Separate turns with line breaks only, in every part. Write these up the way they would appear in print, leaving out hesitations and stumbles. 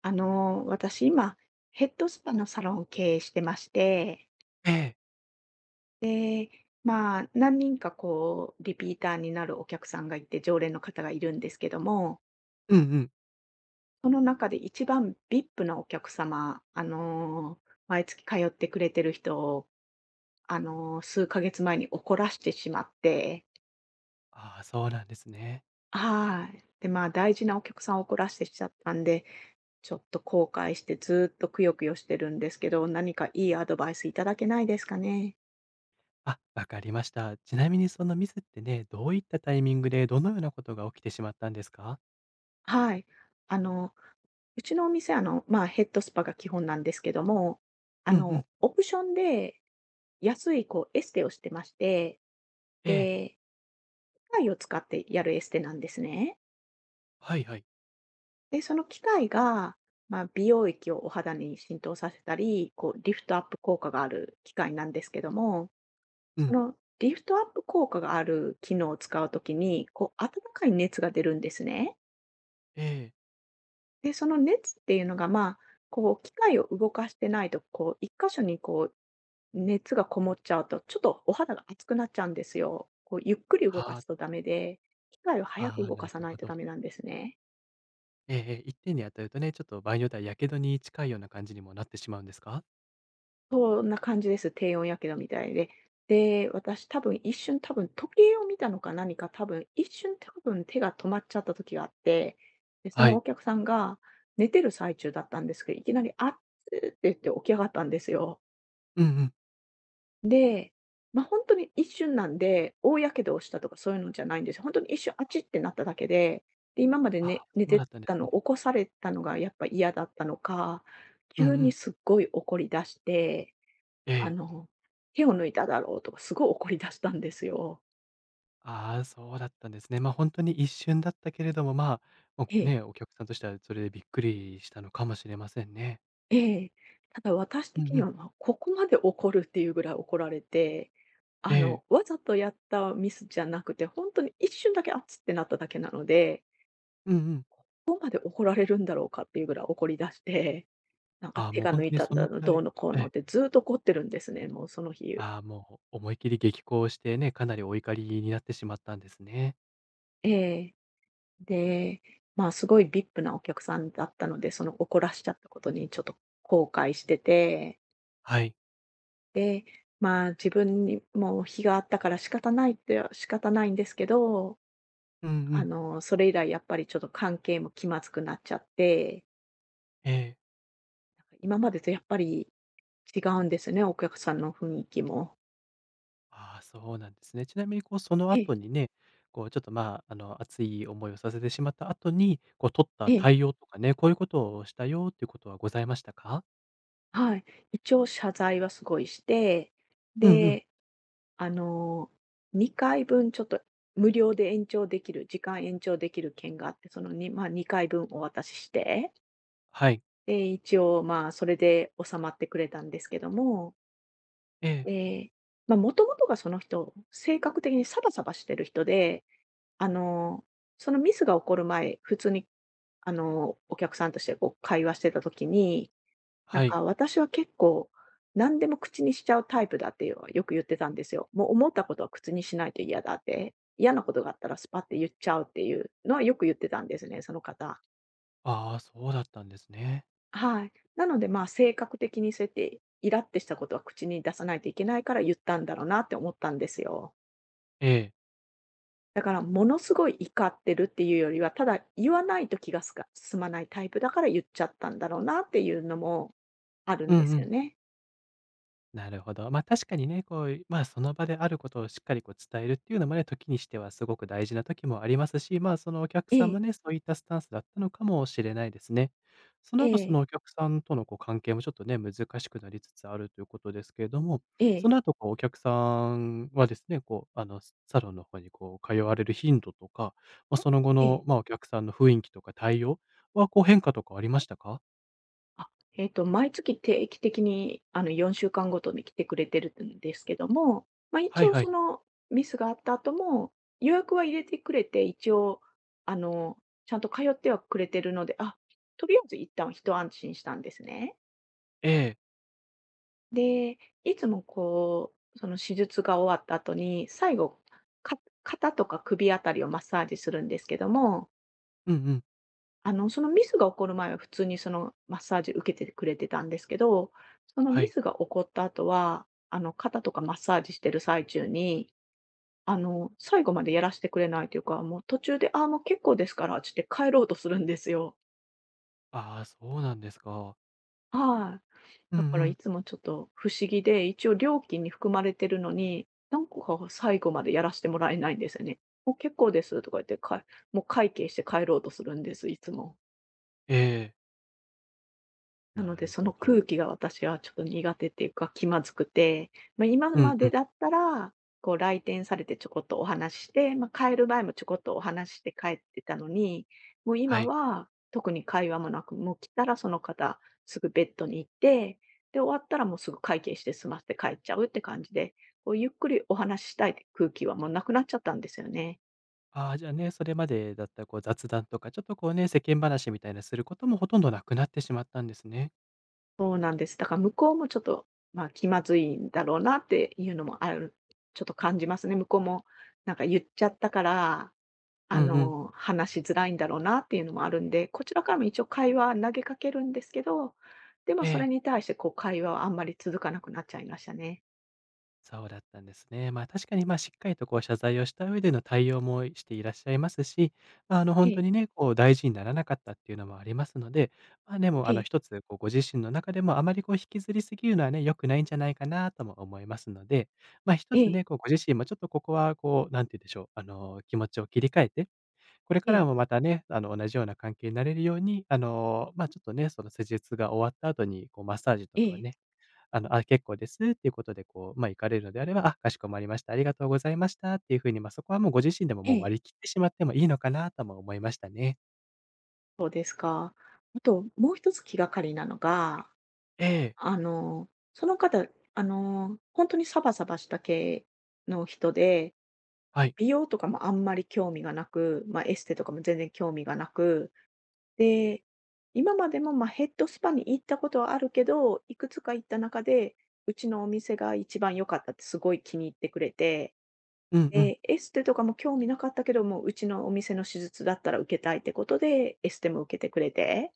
私今、ヘッドスパのサロンを経営してまして、
ええ。
で、何人かこう、リピーターになるお客さんがいて、常連の方がいるんですけども、
うんうん。
その中で一番 VIP なお客様、毎月通ってくれてる人を、数ヶ月前に怒らしてしまって。
ああ、そうなんですね。
はい。で、まあ、大事なお客さんを怒らしてしちゃったんで、ちょっと後悔してずーっとくよくよしてるんですけど、何かいいアドバイスいただけないですかね。
あ、わかりました。ちなみにそのミスってね、どういったタイミングでどのようなことが起きてしまったんですか？
はい。あの、うちのお店、あの、まあ、ヘッドスパが基本なんですけども、あ
うんう
の、
ん。
オプションで安い、こう、エステをしてまして、
ええ、
で、機械を使ってやるエステなんですね。
はいはい。
で、その機械が、まあ、美容液をお肌に浸透させたり、こう、リフトアップ効果がある機械なんですけども、
う
そ
ん。
のリフトアップ効果がある機能を使うときに、こう、温かい熱が出るんですね。
ええ、
で、その熱っていうのが、まあ、こう機械を動かしてないと、こう一箇所にこう熱がこもっちゃうと、ちょっとお肌が熱くなっちゃうんですよ。こうゆっくり動か
はあ、
すとダメで、機械を早
あ
く
あ、
動か
な
さ
る
な
ほ
いと
ど。
ダメなんですね。
ええええ、点に当たるとね、ちょっと場合によっては火傷に近いような感じにもなってしまうんですか？
そんな感じです。低温やけどみたいで。で、私多分一瞬多分時計を見たのか何か、多分一瞬多分手が止まっちゃった時があって、で、そ
は
のお
い。
客さんが寝てる最中だったんですけど、いきなり「あっつ」って言って起き上がったんですよ。
うんうん。
で、ま、あ本当に一瞬なんで、大やけどをしたとかそういうのじゃないんですよ。本当に一瞬あちってなっただけで、で、今まで
あ
ね
あ、
寝
そうだ
て
ったんで
た
すね。
の起こされたのがやっぱ嫌だったのか、
うんう
急に
ん。
すっごい怒り出して、
え
あ
え。
の、手を抜いただろうとかすごい怒り出したんですよ。
ああ、そうだったんですね。本当に一瞬だったけれども、も
え
う
え、
ね、お客さんとしてはそれでびっくりしたのかもしれませんね。
ええ。ただ私
う
的
んう
に
ん。
は、ま、ここまで怒るっていうぐらい怒られて、
ええ。
わざとやったミスじゃなくて、本当に一瞬だけあっつってなっただけなので
うんうん。
どこまで怒られるんだろうかっていうぐらい怒り出して、なんか
ああ、
手
もう
が
ほん
抜
と
い
に
たん
その
だ
く
の、
ら
どう
い、
のこう
え
の
え。
ってずっと怒ってるんですね、もうその日。
ああ、もう思い切り激高してね、かなりお怒りになってしまったんですね。
ええ。で、まあ、すごい VIP なお客さんだったので、その怒らしちゃったことにちょっと後悔してて、
はい。
で、まあ、自分にも非があったから仕方ないって仕方ないんですけど、
うんうん。
それ以来やっぱりちょっと関係も気まずくなっちゃって、
ええ。
なんか今までとやっぱり違うんですね、お客さんの雰囲気も。
ああ、そうなんですね。ちなみにこう、その
え
後
え、
にね、こうちょっと、熱い思いをさせてしまった後に、こう取っ
え
た
え。
対応とかね、こういうことをしたよっていうことはございましたか？
はい。一応謝罪はすごいして、
うんうん。
で、あの、2回分ちょっと無料で延長できる、時間延長できる券があって、そのに、まあ、2回分お渡しして、
はい。
で、一応、まあ、それで収まってくれたんですけども、
ええ。
え、まあ、もともとがその人、性格的にサバサバしてる人で、あの、そのミスが起こる前、普通に、お客さんとしてこう会話してた時になん
はい。
か私は結構、何でも口にしちゃうタイプだっていうのはよく言ってたんですよ。もう思ったことは口にしないと嫌だって、嫌なことがあったらスパって言っちゃうっていうのはよく言ってたんですね、その方。
ああ、そうだったんですね。
はい。なので、まあ、性格的にそうやってイラってしたことは口に出さないといけないから言ったんだろうなって思ったんですよ。
ええ。
だからものすごい怒ってるっていうよりは、ただ言わないと気がすか済まないタイプだから言っちゃったんだろうなっていうのもあるん
う
で
んう
すよ
ん。
ね。
なるほど。確かにね、こう、その場であることをしっかりこう伝えるっていうのもね、時にしてはすごく大事な時もありますし、そのお客
え
さんも
え、
ね、そういったスタンスだったのかもしれないですね。その
え
後、そ
え、
のお客さんとのこう関係もちょっとね、難しくなりつつあるということですけれども、
え
そ
え、
の後こうお客さんはですね、こう、サロンの方にこう通われる頻度とか、まあ、その後
ええ。
の、お客さんの雰囲気とか対応はこう変化とかありましたか？
あ、えっと、毎月定期的に、4週間ごとに来てくれてるんですけども、まあ、
は
一
い
応
は
そ
い。
のミスがあった後も、予約は入れてくれて、一応、あの、ちゃんと通ってはくれてるので、あ、とりあえず一旦一安心したんですね。
ええ。
で、いつもこう、その手術が終わった後に、最後、か肩とか首あたりをマッサージするんですけども、
うんうん。
そのミスが起こる前は普通にそのマッサージ受けてくれてたんですけど、その
は
ミ
い。
スが起こった後は、肩とかマッサージしてる最中に、最後までやらしてくれないというか、もう途中で、ああ、もう結構ですから、つって帰ろうとするんですよ。
ああ、そうなんですか。
はい。
うん
だ
う
からい
ん。
つもちょっと不思議で、一応料金に含まれてるのに、なんか最後までやらしてもらえないんですよね。もう結構ですとか言ってかもう会計して帰ろうとするんです、いつも。
ええ、
なの
な
で、
る
その
ほど。
空気が私はちょっと苦手っていうか気まずくて、まあ、今
うん
ま
う
で
ん。
だったら、こう来店されてちょこっとお話しして、まあ、帰る前もちょこっとお話しして帰ってたのに、もう
は
今
い。
は特に会話もなく、もう来たらその方すぐベッドに行って、で、終わったらもうすぐ会計して済ませて帰っちゃうって感じで、こうゆっくりお話ししたいって空気はもうなくなっちゃったんですよね。
ああ、じゃあね、それまでだったらこう雑談とか、ちょっとこうね、世間話みたいなすることもほとんどなくなってしまったんですね。
そうなんです。だから向こうもちょっと、まあ、気まずいんだろうなっていうのもあるちょっと感じますね。向こうもなんか言っちゃったから、
うんうん。
話しづらいんだろうなっていうのもあるんで、こちらからも一応会話投げかけるんですけど、でも
え
それ
え。
に対してこう会話はあんまり続かなくなっちゃいましたね。
そうだったんですね。まあ、確かに、まあ、しっかりとこう謝罪をした上での対応もしていらっしゃいますし、まあ、
え
本当
え、
にね、こう大事にならなかったっていうのもありますので、まあ、でも、
ええ、
一つこうご自身の中でもあまりこう引きずりすぎるのはね、良くないんじゃないかなとも思いますので、まあ、一
え
つ
え、
ね、こうご自身もちょっとここはこう、なんて言うんでしょう、気持ちを切り替えて、これか
え
ら
え、
もまたね、同じような関係になれるように、ちょっとね、その施術が終わった後にこうマッサージと
え
かを
え、
ね、あ、結構ですっていうことで、こう、まあ、行かれるのであれば、あ、かしこまりました、ありがとうございましたっていう風に、まあ、そこはもうご自身でも
え
もう
え。
割り切ってしまってもいいのかなとも思いましたね。
そうですか。あともう一つ気がかりなのが
ええ、
その方、本当にサバサバした系の人で、
はい。
美容とかもあんまり興味がなく、まあ、エステとかも全然興味がなく、で、今までも、ま、ヘッドスパに行ったことはあるけど、いくつか行った中で、うちのお店が一番良かったってすごい気に入ってくれて、
うんうん、
で、エステとかも興味なかったけども、うちのお店の手術だったら受けたいってことで、エステも受けてくれて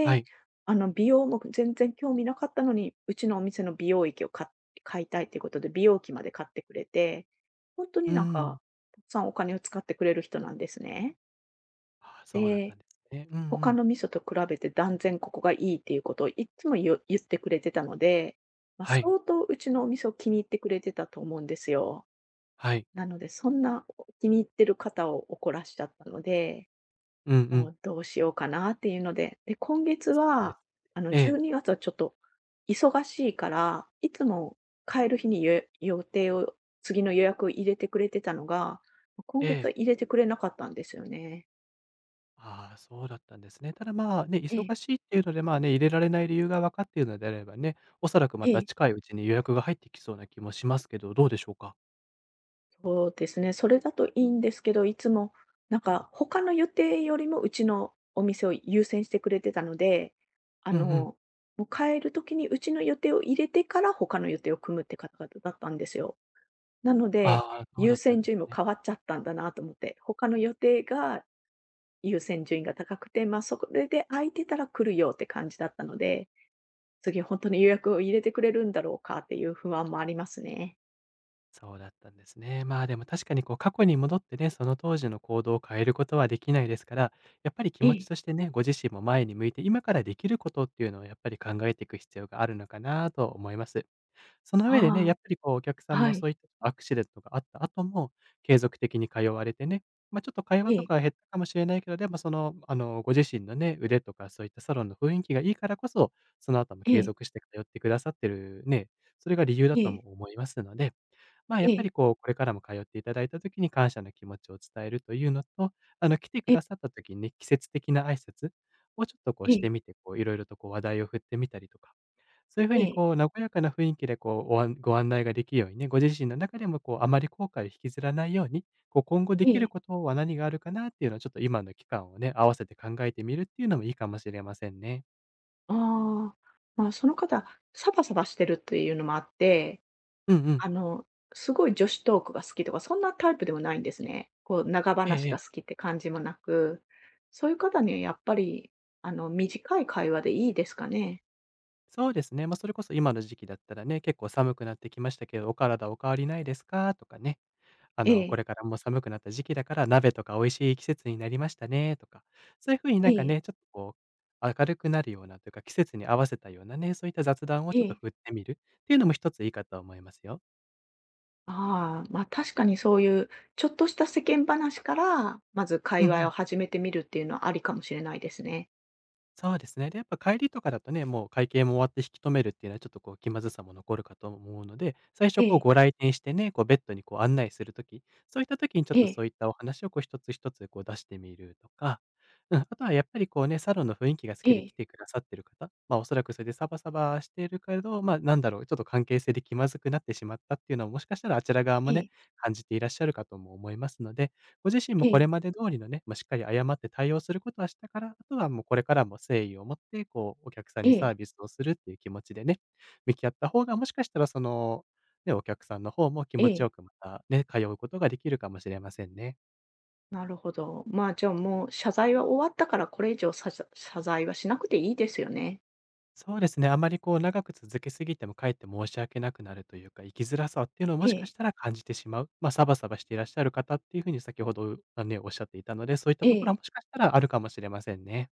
はい。
美容も全然興味なかったのに、うちのお店の美容液を買いたいっていうことで、美容器まで買ってくれて、ほんとに
う
なんか、
ん。
たくさんお金を使ってくれる人なんですね。
ああ、そうだった
で、
んですね。うんう
他
ん。
の味噌と比べて断然ここがいいっていうことをいっつも言ってくれてたので、ま、
はい、
相当うちのお店を気に入ってくれてたと思うんですよ。
はい。
なので、そんなお気に入ってる方を怒らしちゃったので
うんう
も
ん。
うどうしようかなっていうので、で、今月
そうです。
は、あの
え
12
え、
月はちょっと忙しいから、いつも帰る日に予定を次の予約を入れてくれてたのが、今
え
月
え。
は入れてくれなかったんですよね。
ああ、そうだったんですね。ただ、まあ、ね、
ええ、
忙しいっていうので、まあね、入れられない理由が分かっているのであればね、おそらくま
え
た
え、
近いうちに予約が入ってきそうな気もしますけど、どうでしょうか？
そうですね、それだといいんですけど、いつもなんか他の予定よりもうちのお店を優先してくれてたので、
うんうん。
もう帰る時にうちの予定を入れてから他の予定を組むって方々だったんですよ。なので、
ああ、そうだ
優
ったん
先
です
順位も
ね。
変わっちゃったんだなと思って、他の予定が優先順位が高くて、まあ、そこれで空いてたら来るよって感じだったので、次本当に予約を入れてくれるんだろうかっていう不安もありますね。
そうだったんですね。まあでも確かにこう過去に戻ってね、その当時の行動を変えることはできないですから、やっぱり気
え
持ち
え。
としてね、ご自身も前に向いて、今からできることっていうのをやっぱり考えていく必要があるのかなと思います。その上でね、
あ
やっぱりこうお客さ
あ、
ん
は
も
い。
そういったアクシデントがあった後も、継続的に通われてね、まあ、ちょっと会
え
話と
え、
かは減ったかもしれないけど、でもその、ご自身のね、腕とかそういったサロンの雰囲気がいいからこそ、その後も
え
継
え、
続して通ってくださってるね、それが理由だ
え
と
え、
も思いますので、まあ、や
え
っぱ
え、
りこう、これからも通っていただいた時に感謝の気持ちを伝えるというのと、来てく
え
だ
え、
さった時にね、季節的な挨拶をちょっとこう
え
し
え、
てみて、こういろいろとこう話題を振ってみたりとか、そういうふう
え
に
え、
こう、和やかな雰囲気でこう、ご案内ができるようにね、ご自身の中でもこう、あまり後悔を引きずらないように、こう、今後で
え
きる
え。
ことは何があるかなっていうのをちょっと今の期間をね、合わせて考えてみるっていうのもいいかもしれませんね。
ああ、まあ、その方、サバサバしてるっていうのもあって
うんうん。
あの、すごい女子トークが好きとか、そんなタイプでもないんですね。こう、長
ええ
話
え
が好
え。
きって感じもなく、そういう方にはやっぱり、短い会話でいいですかね？
そうですね。まあ、それこそ今の時期だったらね、結構寒くなってきましたけど、お体お変わりないですか？とかね、
え
こ
え、
れからもう寒くなった時期だから、鍋とか美味しい季節になりましたねとか、そういうふうに
え
なんか
え、
ね、ちょっとこう、明るくなるようなというか、季節に合わせたようなね、そういった雑談を
え
ちょっと
え。
振ってみるっていうのも一ついいかと思いますよ。
ああ、ま、確かにそういう、ちょっとした世間話から、まず会
うんう
話を
ん。
始めてみるっていうのはありかもしれないですね。
そうですね。で、やっぱ帰りとかだとね、もう会計も終わって引き止めるっていうのはちょっとこう気まずさも残るかと思うので、最
え
初こう
え、
ご来店してね、こうベッドにこう案内するとき、そういったときにちょっ
え
とそ
え、
ういったお話をこう一つ一つこう出してみるとか、うん、あとはやっぱりこうね、サロンの雰囲気が好
え
きで来
え、
てくださってる方、まあおそらくそれでサバサバしてるけど、まあなんだろう、ちょっと関係性で気まずくなってしまったっていうのはもしかしたらあちら側
え
もね、
え、
感じていらっしゃるかとも思いますので、ご自身
え
もこれ
え、
まで通りのね、まあ、しっかり謝って対応することはしたから、あとはもうこれからも誠意を持って、こうお客さん
え
にサ
え、
ービスをするっていう気持ちでね、向き合った方が、もしかしたらその、ね、お客さんの方も気
え
持ち
え。
よくまたね、通うことができるかもしれませんね。
なるほど。まあ、じゃあ、もう謝罪は終わったから、これ以上さ謝罪はしなくていいですよね。
そうですね、あまりこう長く続けすぎても、かえって申し訳なくなるというか、生きづらさっていうのを
え
もしか
え、
したら感じてしまう。まあ、サバサバしていらっしゃる方っていうふうに先ほど、あ、ね、おっしゃっていたので、そういった
え
ところは
え、
もしかしたらあるかもしれませんね。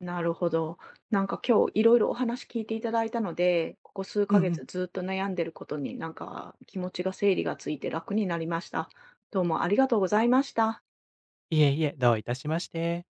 なるほど。なんか今日いろいろお話聞いていただいたので、ここ数
う
ヶ
んうん。
月ずっと悩んでることになんか気持ちが整理がついて楽になりました。どうもありがとうございました。
いえいえ、どういたしまして。